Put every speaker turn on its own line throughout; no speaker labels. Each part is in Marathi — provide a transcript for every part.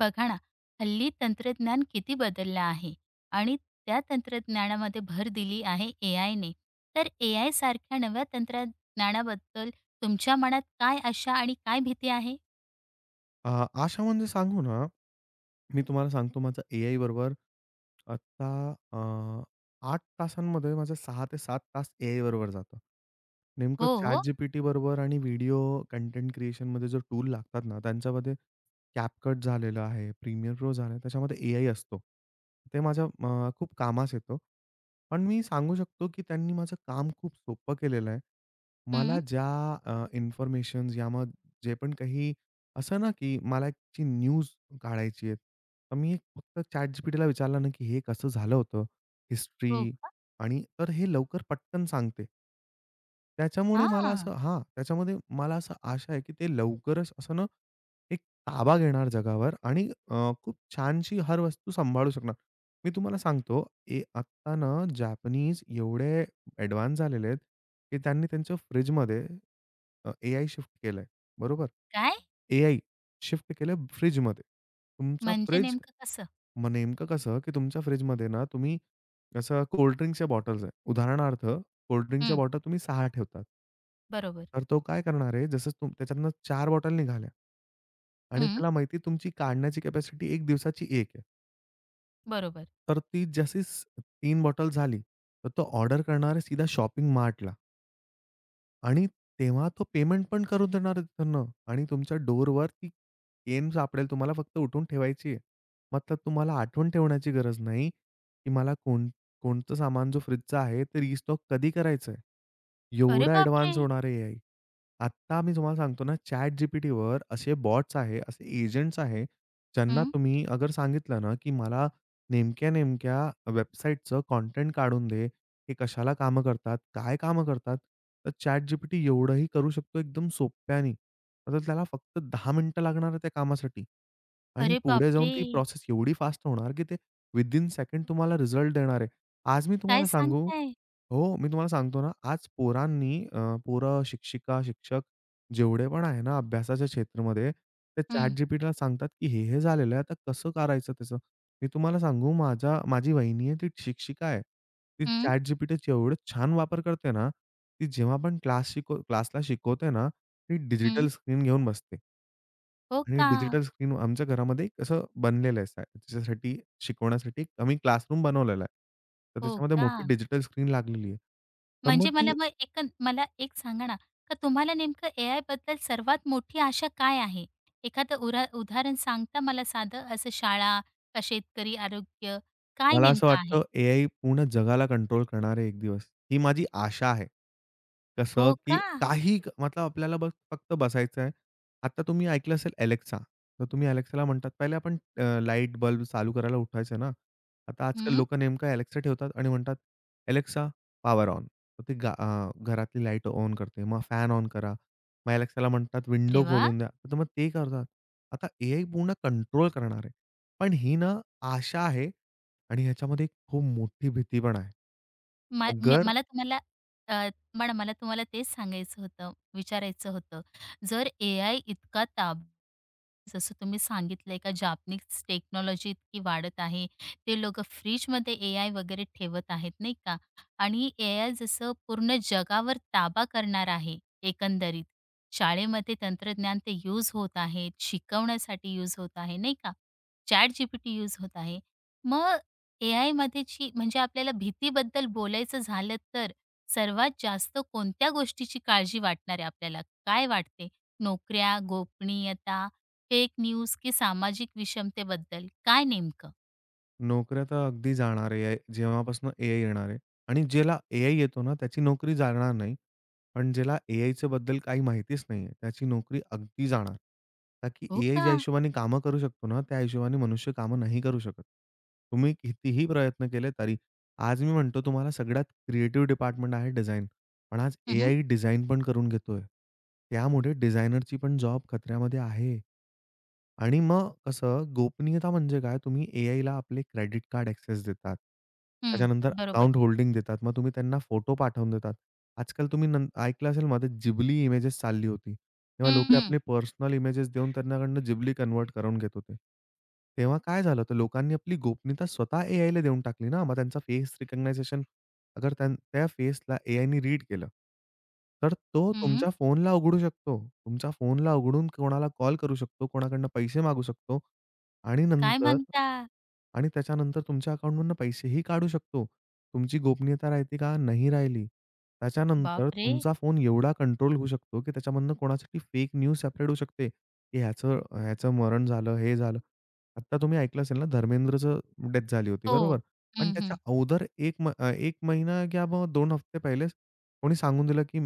बघा ना, हल्ली तंत्रज्ञान किती बदललं आहे आणि त्या तंत्रज्ञानामध्ये भर दिली आहे एआयने. तर एआय सारख्या नव्या तंत्रज्ञानाबद्दल तुमच्या मनात काय आशा आणि काय भीती आहे?
अ, आशा म्हणजे सांगू ना, मी तुम्हाला सांगतो माझं एआय बरोबर आत्ता अ, 8 तासांमध्ये माझं 6 ते 7 तास एआय बरोबर जातं. नेमकं
हो,
चॅट
हो.
जीपीटी बरोबर आणि व्हिडिओ कंटेंट क्रिएशनमध्ये जो टूल लागतात ना, त्यांच्यामध्ये CapCut झालेलं आहे, Premiere Pro झालं आहे, त्याच्यामध्ये एआय असतो. ते माझ्या खूप कामास येतो. पण मी सांगू शकतो, की त्यांनी माझं काम खूप सोपं केलेलं आहे. मला
हं.
ज्या इन्फॉर्मेशन्स या मग जे पण काही असं ना, की मला एक ची न्यूज काढायची आहे. तर मी एक फक्त ChatGPTला विचारलं ना, की हे कसं झालं होतं?
हो
हिस्ट्री
का?
आणि तर हे लवकर पटकन सांगते. त्याच्यामुळे मला
हां.
असं हां, त्याच्यामध्ये मला असं आशा आहे, की ते लवकरच असं ना, एक ताबा घेणार जगावर आणि खूप छानशी हर वस्तू सांभाळू शकणार. मी तुम्हाला सांगतो, आत्ता ना जॅपनीज एवढे एडव्हान्स झालेले आहेत, की त्यांनी त्यांच्या फ्रिजमध्ये एआय शिफ्ट केलंय. बरोबर.
काय?
एआय शिफ्ट केलं फ्रिजमध्ये. तुमचा
म्हणजे
फ्रिज
नेमकं कसं?
मग नेमकं कसं, की तुमच्या फ्रिजमध्ये ना तुम्ही असं कोल्ड ड्रिंक्सच्या बॉटल्स आहे. उदाहरणार्थ कोल्ड ड्रिंकच्या
हं.
बॉटल तुम्ही 6 ठेवतात.
बरोबर.
तर तो काय करणार आहे, जसं त्याच्यातनं 4 बॉटल निघाल्या आणि
हं.
त्याला माहिती आहे तुमची काढण्याची कॅपॅसिटी 1 दिवसाची 1 आहे.
बरोबर.
तर ती जशीच 3 बॉटल झाली, तर तो ऑर्डर करणार आहे सीधा शॉपिंग मार्टला. आणि तेव्हा तो पेमेंट पण करून देणार आहे त्यांना आणि तुमच्या डोरवर ती केन सापडेल. तुम्हाला फक्त उठून ठेवायची आहे. मतलब तुम्हाला आठवण ठेवण्याची गरज नाही, की मला कोणतं सामान जो फ्रिजचा आहे ते रिस्टॉक कधी करायचं आहे.
अरे
एवढा
बापरे!
ॲडव्हान्स होणार आहे एआय. आत्ता मी तुम्हाला सांगतो ना ChatGPTवर असे बॉट्स आहे, असे एजंट्स आहे, ज्यांना
हं.
तुम्ही अगर सांगितलं ना, की मला नेमक्या-नेमक्या वेबसाईटचं कंटेंट काढून दे. हे कशाला कामं करतात? काय कामं करतात? तर ChatGPT एवढंही करू शकतो एकदम सोप्याने. तर त्याला फक्त 10 मिनिटं लागणार आहे त्या कामासाठी. आणि
अरे
पुढे जाऊन
बापरे!
ती प्रोसेस एवढी फास्ट होणार, की ते विथिन सेकंड तुम्हाला रिझल्ट देणार आहे. आज मी
काय
तुम्हाला सांगू
सांगताय?
हो, मी तुम्हाला सांगतो ना, आज पोरं, शिक्षिका, शिक्षक जेवढे पण आहे ना अभ्यासाच्या क्षेत्रामध्ये, ते
हं,
ChatGPTला सांगतात, की हे, हे झालेलं आहे, आता कसं करायचं त्याचं? मी तुम्हाला सांगू, माझी वहिनी आहे, ती शिक्षिका आहे. ती
हं,
ChatGPTचा एवढं छान वापर करते ना, ती जेव्हा पण क्लासला शिकवते ना, ती
हं.
डिजिटल स्क्रीन घेऊन बसते.
हो
आणि
का?
डिजिटल स्क्रीन आमच्या घरामध्ये एक असं बनलेलं आहे. त्याच्यासाठी शिकवण्यासाठी एक आम्ही क्लासरूम बनवलेला आहे. तर
हो
त्याच्यामध्ये
का?
मोठी डिजिटल स्क्रीन लागलेली आहे. तर मग
म्हणजे
ती.
मला एक सांगा ना, का तुम्हाला नेमकं एआयबद्दल सर्वात मोठी आशा काय आहे? एखादं उदाहरण सांगता मला साधं असं शाळा, का शेतकरी, आरोग्य, काय
मला असं
नेमकं आहे?
वाटतं एआय पूर्ण जगाला कंट्रोल करणार आहे एक दिवस. ही माझी आशा आहे. कसं
हो
की
का?
काही मतलब आपल्याला बस फक्त बसायचं आहे. आता तुम्ही ऐकलं असेल Alexa. तर तुम्ही Alexaला म्हणतात पहिले आपण लाईट बल्ब चालू करायला उठायचं ना. आता आजकाल
हं.
लोकं नेमकं Alexa ठेवतात आणि म्हणतात, "Alexa पॉवर ऑन." तर ती घरातली लाईट ऑन करते. मग फॅन ऑन करा. मग Alexaला म्हणतात
अरे
विंडो
वाह!
खोलून द्या. तर मग ते करतात. आता एआय पूर्ण कंट्रोल करणार आहे. पण ही ना आशा आहे. आणि ह्याच्यामध्ये एक खूप मोठी भीती पण आहे.
मा म
अगर
मला तुम्हाला अ, मॅडम मला तुम्हाला तेच सांगायचं होतं, विचारायचं होतं. जर एआय इतका ताब जसं तुम्ही सांगितलंय का जापनीज टेक्नॉलॉजी इतकी वाढत आहे. ते लोकं फ्रिजमध्ये एआय वगैरे ठेवत आहेत, नाही का? आणि एआय जसं पूर्ण जगावर ताबा करणार आहे एकंदरीत. शाळेमध्ये तंत्रज्ञान ते यूज होत आहे, शिकवण्यासाठी यूज होत आहे, नाही का? ChatGPT यूज होत आहे. मग ए-आयमध्येची म्हणजे आपल्याला भीतीबद्दल बोलायचं झालं तर, सर्वात जास्त कोणत्या गोष्टीची काळजी वाटणार आहे आपल्याला? काय वाटते? नोकऱ्या, गोपनीयता, फेक न्यूज की सामाजिक विषमतेबद्दल? काय नेमकं?
नोकऱ्या तर अगदी जाणार आहे, जेव्हापासून एआय येणार आहे आणि ज्याला एआय येतो ना, त्याची नोकरी जाणार नाही. पण ज्याला एआयच्या बद्दल काही माहितीच नाहीये, त्याची नोकरी अगदी जाणार. का की
हो
एआय
का?
ज्या हिशोबाने कामं करू शकतो ना, त्या हिशोबाने मनुष्य कामं नाही करू शकत. तुम्ही कितीही प्रयत्न केले तरी. आज मी म्हणतो तुम्हाला सगळ्यात क्रिएटिव्ह डिपार्टमेंट आहे डिझाइन. पण आज
हं, हं.
एआय डिझाइन पण करून घेतोय. त्यामुळे डिझायनरची पण जॉब खतऱ्यामध्ये आहे. आणि मग कसं गोपनीयता म्हणजे काय तुम्ही एआय ला आपले क्रेडिट कार्ड ॲक्सेस देतात. त्याच्यानंतर
बरोबर.
अकाउंट होल्डिंग देतात. मग तुम्ही त्यांना फोटो पाठवून देतात. आजकाल तुम्ही नं ऐकलं असेल मध्ये जिबली इमेजेस चालली होती. तेव्हा
हं,
लोकं
हं.
आपले पर्सनल इमेजेस देऊन त्यांच्याकडनं जिबली कन्व्हर्ट करून घेत होते. तेव्हा काय झालं होतं लोकांनी आपली गोपनीयता स्वतः एआयला देऊन टाकली ना. मग त्यांचा फेस रिकॉग्नायझेशन अगर त्या फेसला एआयने रीड केलं, तर तो
हं.
तुमच्या फोनला उघडू शकतो. तुमच्या फोनला उघडून कोणाला कॉल करू शकतो, कोणाकडनं पैसे मागू शकतो आणि
काय
नंतर
म्हणता?
आणि त्याच्यानंतर तुमच्या अकाउंटमधनं पैसेही काढू शकतो. तुमची गोपनीयता राहते का? नाही राहिली. त्याच्यानंतर
बापरे!
तुमचा फोन एवढा कंट्रोल होऊ शकतो, की त्याच्यामधनं कोणासाठी फेक न्यूज स्प्रेड होऊ शकते, की ह्याचं ह्याचं मरण झालं, हे झालं. आत्ता तुम्ही ऐकलं असेल ना, धर्मेंद्रचं डेथ झाली होती, बरोबर?
हो.
पण
हं,
त्याच्या
हं.
अगोदर 1 1 महिना किंवा मग 2 हफ्ते पहिलेच कोणी सांगून दिलं, की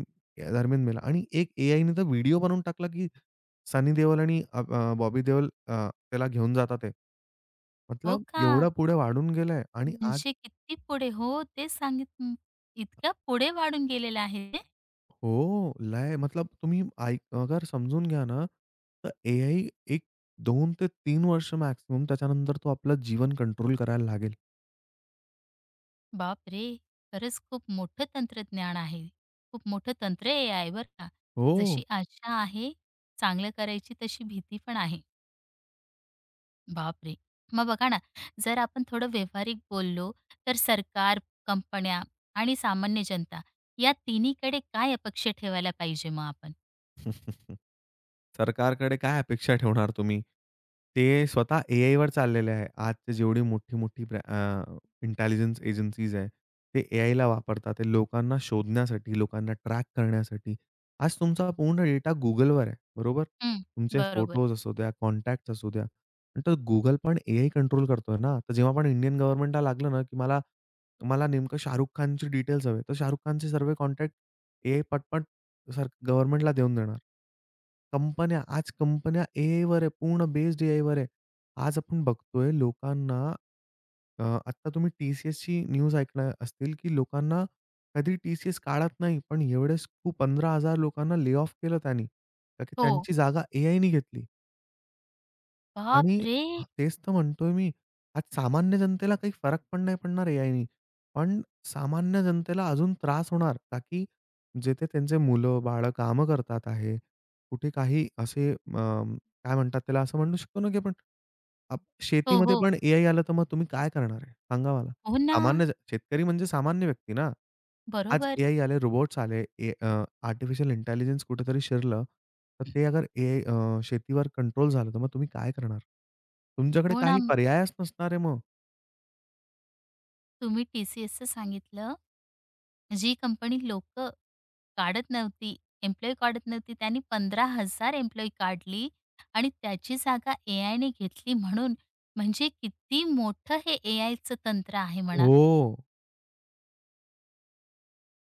धर्मेंद्र मेला आणि एक एआयने तर व्हिडिओ बनवून टाकला, की सनी देओल आणि अ, अ, बॉबी देओल त्याला घेऊन जातात आहे.
हो
मतलब
का?
एवढा पुढे वाढून गेलाय आणि आज
म्हणजे किती पुढे हो, तेच सांगितलं. इतक्या पुढे वाढून गेलेलं आहे ते?
हो, लय मतलब तुम्ही अगर समजून घ्या ना, तर एआय एक 2 ते 3 वर्ष मॅक्सिमम त्याच्यानंतर तो आपलं जीवन कंट्रोल करायला लागेल.
बापरे! खरंच खूप मोठं तंत्रज्ञान आहे. खूप मोठं तंत्र आहे AI बरं का. जशी
हो.
आशा आहे चांगलं करायची, तशी भीती पण आहे. बापरे! मग बघा ना, जर आपण थोडं व्यावहारिक बोललो, तर सरकार, कंपन्या आणि सामान्य जनता या तिन्हीकडे काय अपेक्षा ठेवायला पाहिजे मग आपण?
सरकारकडे काय अपेक्षा ठेवणार तुम्ही? ते स्वतः एआयवर चाललेले आहे. आजची जेवढी मोठी-मोठी इंटेलिजन्स एजन्सीज आहे, ते एआयला वापरतात. ते लोकांना शोधण्यासाठी, लोकांना ट्रॅक करण्यासाठी. आज तुमचा पूर्ण डेटा Googleवर आहे, बरोबर?
हं,
तुमचे
बरोबर.
फोटोज असू द्या, कॉन्टॅक्ट्स असू द्या. तर Google पण एआय कंट्रोल करतोय ना. तर जेव्हा पण इंडियन गव्हर्नमेंटला लागलं ना, की मला मला नेमकं शाहरुख खानची डिटेल्स हवे, तर शाहरुख खानचे सर्व कॉन्टॅक्ट एआय पट-पट गव्हर्नमेंटला देऊन देणार. कंपन्या आज कंपन्या एआयवर आहे. पूर्ण बेस्ड एआयवर आहे. आज आपण बघतोय लोकांना आत्ता तुम्ही टी-सी-एसची न्यूज ऐकणार असतील, की लोकांना कधी टी-सी-एस काढत नाही. पण एवढेच खूप 15,000 लोकांना ले ऑफ केलं त्यांनी. का की
हो.
त्यांची जागा एआयनी घेतली. आणि
बापरे!
हां, तेच तर म्हणतोय मी. आज सामान्य जनतेला काही फरक पण नाही पडणार एआयनी. पण सामान्य जनतेला अजून त्रास होणार, का की जिथे त्यांचे मुलं-बाळं कामं करतात आहे, कुठे काही असे काय म्हणतात त्याला, असं म्हणू शकतो ना की आपण
हो,
शेतीमध्ये
हो.
पण एआय आलं, तर मग तुम्ही काय करणार आहे? सांगा मला.
हो ना.
सामान्य शेतकरी म्हणजे सामान्य व्यक्ती ना. आज
बरोबर.
ए-आय आले, रोबोट्स आले, ए अ, आर्टिफिशियल इंटेलिजन्स कुठेतरी शिरलं, तर ते अगर ए-आय शेतीवर कंट्रोल झालं, तर मग तुम्ही काय करणार? तुमच्याकडे
हो ना.
काही पर्यायच नसणार आहे मग.
तुम्ही टी-सी-एसचं सांगितलं. जी कंपनी लोक काढत नव्हती, एम्प्लॉयी काढत नव्हती, त्यांनी 15,000 एम्प्लॉयी काढली आणि त्याची जागा एआयने घेतली म्हणून. म्हणजे किती मोठं हे एआयचं तंत्र आहे म्हणा.
हो.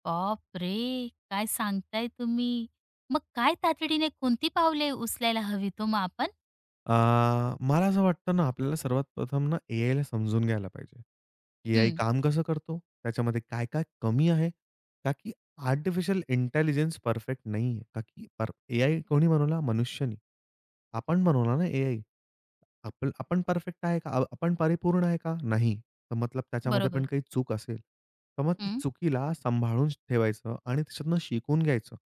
बापरे! काय सांगताय तुम्ही. मग काय तातडीने कोणती पावले उचलायला हवी ओ मग आपण?
अ, मला असं वाटतं ना, आपल्याला सर्वात प्रथम ना ए-आयला समजून घ्यायला पाहिजे. ए-आय
हं,
काम कसं करतो? त्याच्यामध्ये काय-काय कमी आहे? का की आर्टिफिशियल इंटेलिजन्स परफेक्ट नाही आहे. का की पर ए-आय कोणी बनवला? मनुष्यानी. आपण बनवला ना ए-आय. आपण आपण परफेक्ट आहे का? आपण परिपूर्ण आहे का? नाही. तर मतलब त्याच्यामध्ये पण
बरोबर.
काही चूक असेल, तर मग ती
हं,
चुकीला सांभाळून ठेवायचं आणि त्याच्यातनं शिकून घ्यायचं.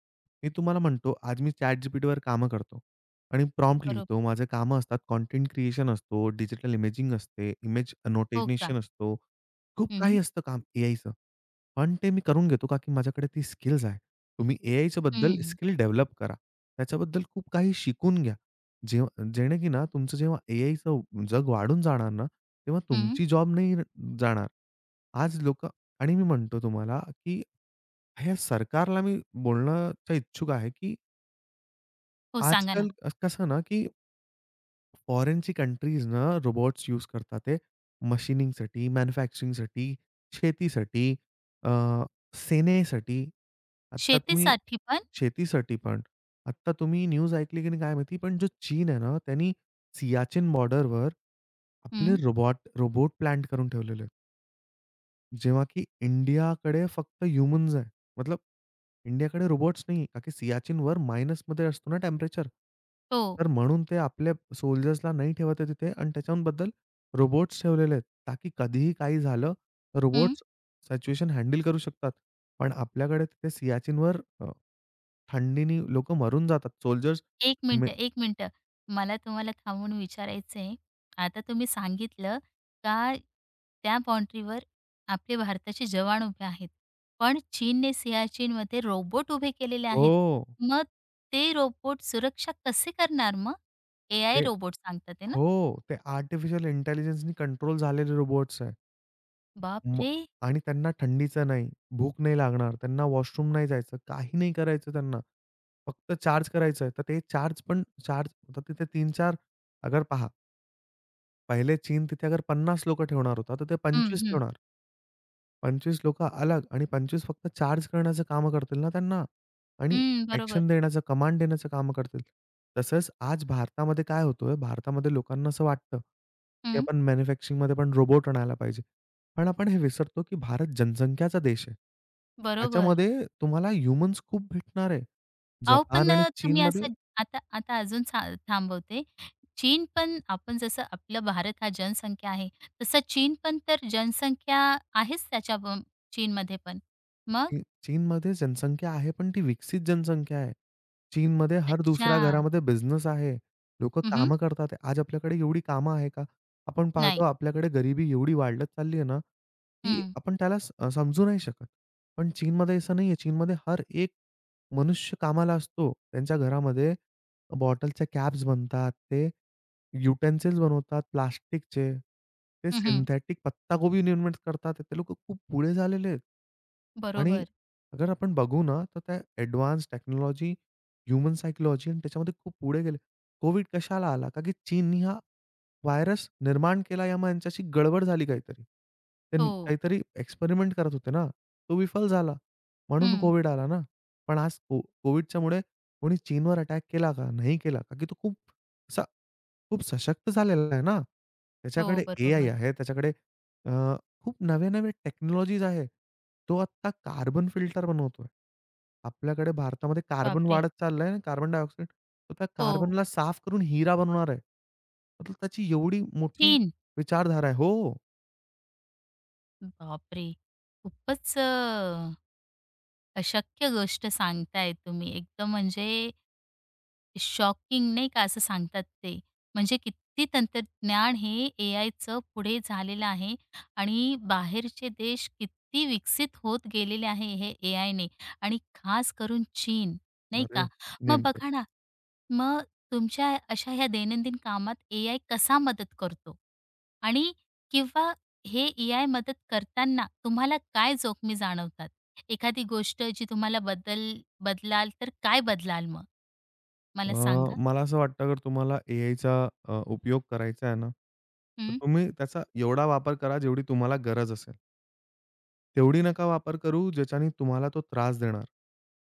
मी तुम्हाला म्हणतो, आज मी ChatGPTवर कामं करतो आणि प्रॉम्प्ट
बरोबर.
लिहितो. माझे कामं असतात, कंटेंट क्रिएशन असतो, डिजिटल इमेजिंग असते, इमेज
हो का?
नोटेशनेशन असतो. खूप
हं,
काही असतं काम एआयचं. पण ते मी करून घेतो का की माझ्याकडे ती स्किल्स आहे. तुम्ही एआयच्याबद्दल
हं,
स्किल डेव्हलप करा. त्याच्याबद्दल खूप काही शिकून घ्या. जेव्हा जेणे की ना तुमचं जेव्हा एआयचं जग वाढून जाणार ना, तेव्हा
हं.
तुमची जॉब नाही जाणार. आज लोकं आणि मी म्हणतो तुम्हाला, की ह्या सरकारला मी बोलण्याच्या इच्छुक आहे, की
हो, सांगा ना.
आजकाल कसं ना, की फॉरेनची कंट्रीज ना रोबोट्स यूज करतात ते मशीनिंगसाठी, मॅन्युफॅक्चरिंगसाठी, शेतीसाठी, अ, सेनेसाठी. आत्ता तुम्ही
शेतीसाठी पण?
शेतीसाठी पण. आत्ता तुम्ही न्यूज ऐकली की नाही काय माहिती, पण जो चीन आहे ना, त्यांनी सियाचीन बॉर्डरवर आपले
हं,
रोबोट प्लॅन्ड करून ठेवलेले आहेत. जेव्हा की इंडियाकडे फक्त ह्युमन्स आहे. मतलब इंडियाकडे रोबोट्स नाहीये. का की सियाचीनवर मायनसमध्ये असतो ना टेम्परेचर.
हो.
तर म्हणून ते आपल्या सोल्जर्सला नाही ठेवत आहे तिथे आणि त्याच्याबद्दल रोबोट्स ठेवलेले आहेत. ताकी कधीही काही झालं, तर
हं.
रोबोट्स सिच्युएशन हँडल करू शकतात. पण आपल्याकडे तिथे सियाचीनवर थंडीनी लोकं मरून जातात. सोल्जर्स
एक
मे
मिनिटं, एक मिनिटं. मला तुम्हाला थांबून विचारायचं आहे. आता तुम्ही सांगितलं का त्या बाउंडरीवर आपले भारताचे जवान उभे आहेत. पण चीनने सियाचीनमध्ये रोबोट उभे केलेले आहेत.
हो.
मग ते रोबोट सुरक्षा कसे करणार मग?
ते
एआय रोबोट सांगतात आहे ना?
हो. ते आर्टिफिशियल इंटेलिजन्सनी कंट्रोल झालेले रोबोट्स आहे. मग
बापरे!
आणि त्यांना थंडीचं नाही, भूक नाही लागणार, त्यांना वॉशरूम नाही जायचं, काही नाही करायचं त्यांना. फक्त चार्ज करायचं आहे. तर ते चार्ज पण चार्ज तर तिथे 3-4 अगर पहा, पहिले चीन तिथे अगर 50 लोक ठेवणार होता, तर ते
हं,
25
हं.
ठेवणार. 25 लोकं अलग आणि 25 फक्त चार्ज करण्याचं काम करतील ना त्यांना आणि
हं, बरोबर.
ॲक्शन देण्याचं, कमांड देण्याचं काम करतील. तसंच आज भारतामध्ये काय होतोय, भारतामध्ये लोकांना असं वाटतं, की
हं,
आपण मॅन्युफॅक्चरिंगमध्ये पण रोबोट आणायला पाहिजे. पण आपण हे विसरतो, की भारत जनसंख्याचा देश आहे.
बरोबर.
त्याच्यामध्ये तुम्हाला ह्युमन्स खूप भेटणार आहे.
अहो,
जपान
पण
आणि
तुम्ही
चीनमध्ये.
असं आता आता अजून थांबवते. चीन पण आपण जसं आपला भारत हा जनसंख्या आहे, तसं चीन पण तर जनसंख्या आहेच त्याच्या ब चीनमध्ये पण. मग?
चीनमध्ये जनसंख्या आहे, पण ती विकसित जनसंख्या आहे. चीनमध्ये हर
अच्छा.
दुसऱ्या घरामध्ये बिझनेस आहे. लोकं
हं,
कामं करतात. आज आपल्याकडे एवढी कामं आहे का? आपण पाहतो
नाही.
आपल्याकडे गरिबी एवढी वाढत चालली आहे ना, की
हं.
आपण त्याला समजू नाही शकत. पण चीनमध्ये असं नाहीये. चीनमध्ये हर एक मनुष्य कामाला असतो. त्यांच्या घरामध्ये बॉटलच्या कॅप्स बनतात. ते युटेन्सिल्स बनवतात प्लास्टिकचे. ते
हं,
सिंथेटिक पत्ताकोबी इन्व्हेंट करतात. ते लोकं खूप पुढे झालेले आहेत. आणि
बरोबर.
अगर आपण बघू ना, तर त्या एडवान्स टेक्नॉलॉजी, ह्युमन सायकॉलॉजी आणि त्याच्यामध्ये खूप पुढे गेले. कोविड कशाला आला? का की चीननी हा व्हायरस निर्माण केला यामुळे यांच्याशी गडबड झाली काहीतरी. ते
हो.
काहीतरी एक्सपेरिमेंट करत होते ना, तो विफल झाला. म्हणून
हं.
कोविड आला ना. पण आज कोविडच्यामुळे कोणी चीनवर अटॅक केला का? नाही केला. का की तो असा खूप सशक्त झालेला आहे ना.
हो,
त्याच्याकडे एआय
बरोबर.
आहे, त्याच्याकडे अ, खूप नव्या-नव्या टेक्नॉलॉजीज आहे. तो आत्ता कार्बन फिल्टर बनवतोय. आपल्याकडे भारतामध्ये कार्बन
बापरे!
वाढत चाललंय ना, कार्बन डायऑक्साईड. तर त्या
हो.
कार्बनला साफ करून हिरा बनवणार आहे. मतलब त्याची एवढी मोठी
चीन.
विचारधारा आहे. हो, हो.
बापरे! खूपच अशक्य गोष्ट सांगताय तुम्ही. एकदम म्हणजे शॉकिंग नाही का असं सांगतात ते. म्हणजे किती तंत्रज्ञान हे एआयचं पुढे झालेलं आहे आणि बाहेरचे देश किती विकसित होत गेलेले आहे हे एआयने आणि खास करून चीन, नाही
अरे!
का? मग
नेमकं.
बघा ना, मग तुमच्या अशा ह्या दैनंदिन कामात एआय कसा मदत करतो? आणि किंवा हे एआय मदत करताना तुम्हाला काय जोखमी जाणवतात? एखादी गोष्ट जी तुम्हाला बदलाल तर काय बदलाल मग?
अ,
मला सांगा?
मला असं वाटतं अगर तुम्हाला एआयचा उपयोग करायचा आहे ना, तर
हं,
तुम्ही त्याचा एवढा वापर करा जेवढी तुम्हाला गरज असेल. तेवढी नका वापर करू, ज्याच्याने तुम्हाला तो त्रास देणार.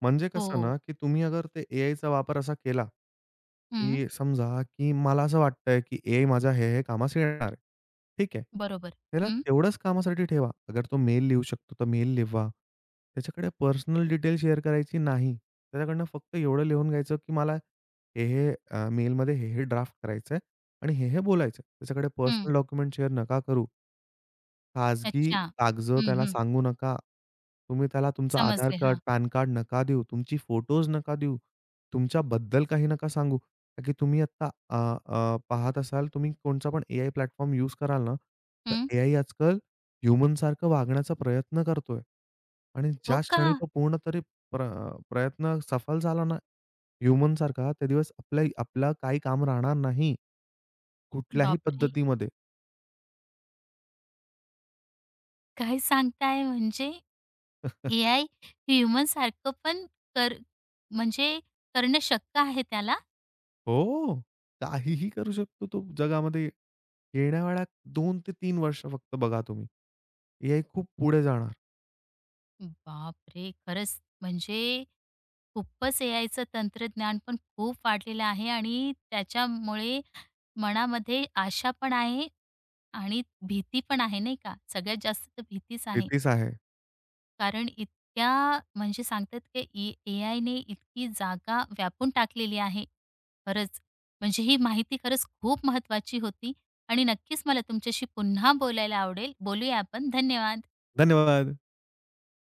म्हणजे कसं
हो.
ना, की तुम्ही अगर ते एआयचा वापर असा केला,
हं,
की समजा, की मला असं वाटतंय, की एआय माझ्या हे-हे कामास येणार आहे. ठीक आहे.
बरोबर.
त्याला
हं,
तेवढ्याच कामासाठी ठेवा. अगर तो मेल लिहू शकतो, तर मेल लिहवा. त्याच्याकडे पर्सनल डिटेल शेअर करायची नाही. त्याच्याकडनं फक्त एवढं लिहून घ्यायचं, की मला हे-हे मेलमध्ये हे-हे ड्राफ्ट करायचंय आणि हे-हे बोलायचंय. त्याच्याकडे
हं.
पर्सनल डॉक्युमेंट शेअर नका करू. खाजगी
अच्छा.
कागजं
हं,
त्याला
हं.
सांगू नका. तुम्ही त्याला तुमचं आधार
समजले.
कार्ड,
हां.
पॅन कार्ड नका देऊ. तुमची फोटोज नका देऊ. तुमच्याबद्दल काही नका सांगू. का की तुम्ही आत्ता अ, अ, पाहत असाल तुम्ही कोणचा पण एआय प्लॅटफॉर्म यूज कराल ना, तर
हं.
एआय आजकाल ह्युमनसारखं वागण्याचा प्रयत्न करतोय. आणि
हो
ज्या
का?
क्षणी तो पूर्ण तरी प्र प्रयत्न सफल झाला ना, ह्युमनसारखा, त्या दिवस आपलं काही काम राहणार नाही, कुठल्याही
बापरे!
पद्धतीमध्ये.
काय सांगताय म्हणजे एआय ह्युमनसारखं पण कर म्हणजे करणं शक्य आहे त्याला?
हो. काहीही करू शकतो तो जगामध्ये. येणाऱ्या 2 ते 3 वर्ष फक्त बघा तुम्ही. हे खूप पुढे जाणार.
बापरे! खरंच म्हणजे खूपच एआयचं तंत्रज्ञान पण खूप वाढलेलं आहे आणि त्याच्यामुळे मनामध्ये आशा पण आहे आणि भीती पण आहे, नाही का? सगळ्यात जास्त तर भीतीच आहे.
शेतीच आहे.
कारण इतक्या म्हणजे सांगतात की एआयने इतकी जागा व्यापून टाकलेली आहे. खरंच म्हणजे ही माहिती खरंच खूप महत्वाची होती आणि नक्कीच मला तुमच्याशी पुन्हा बोलायला आवडेल. बोलूया आपण. धन्यवाद.
धन्यवाद.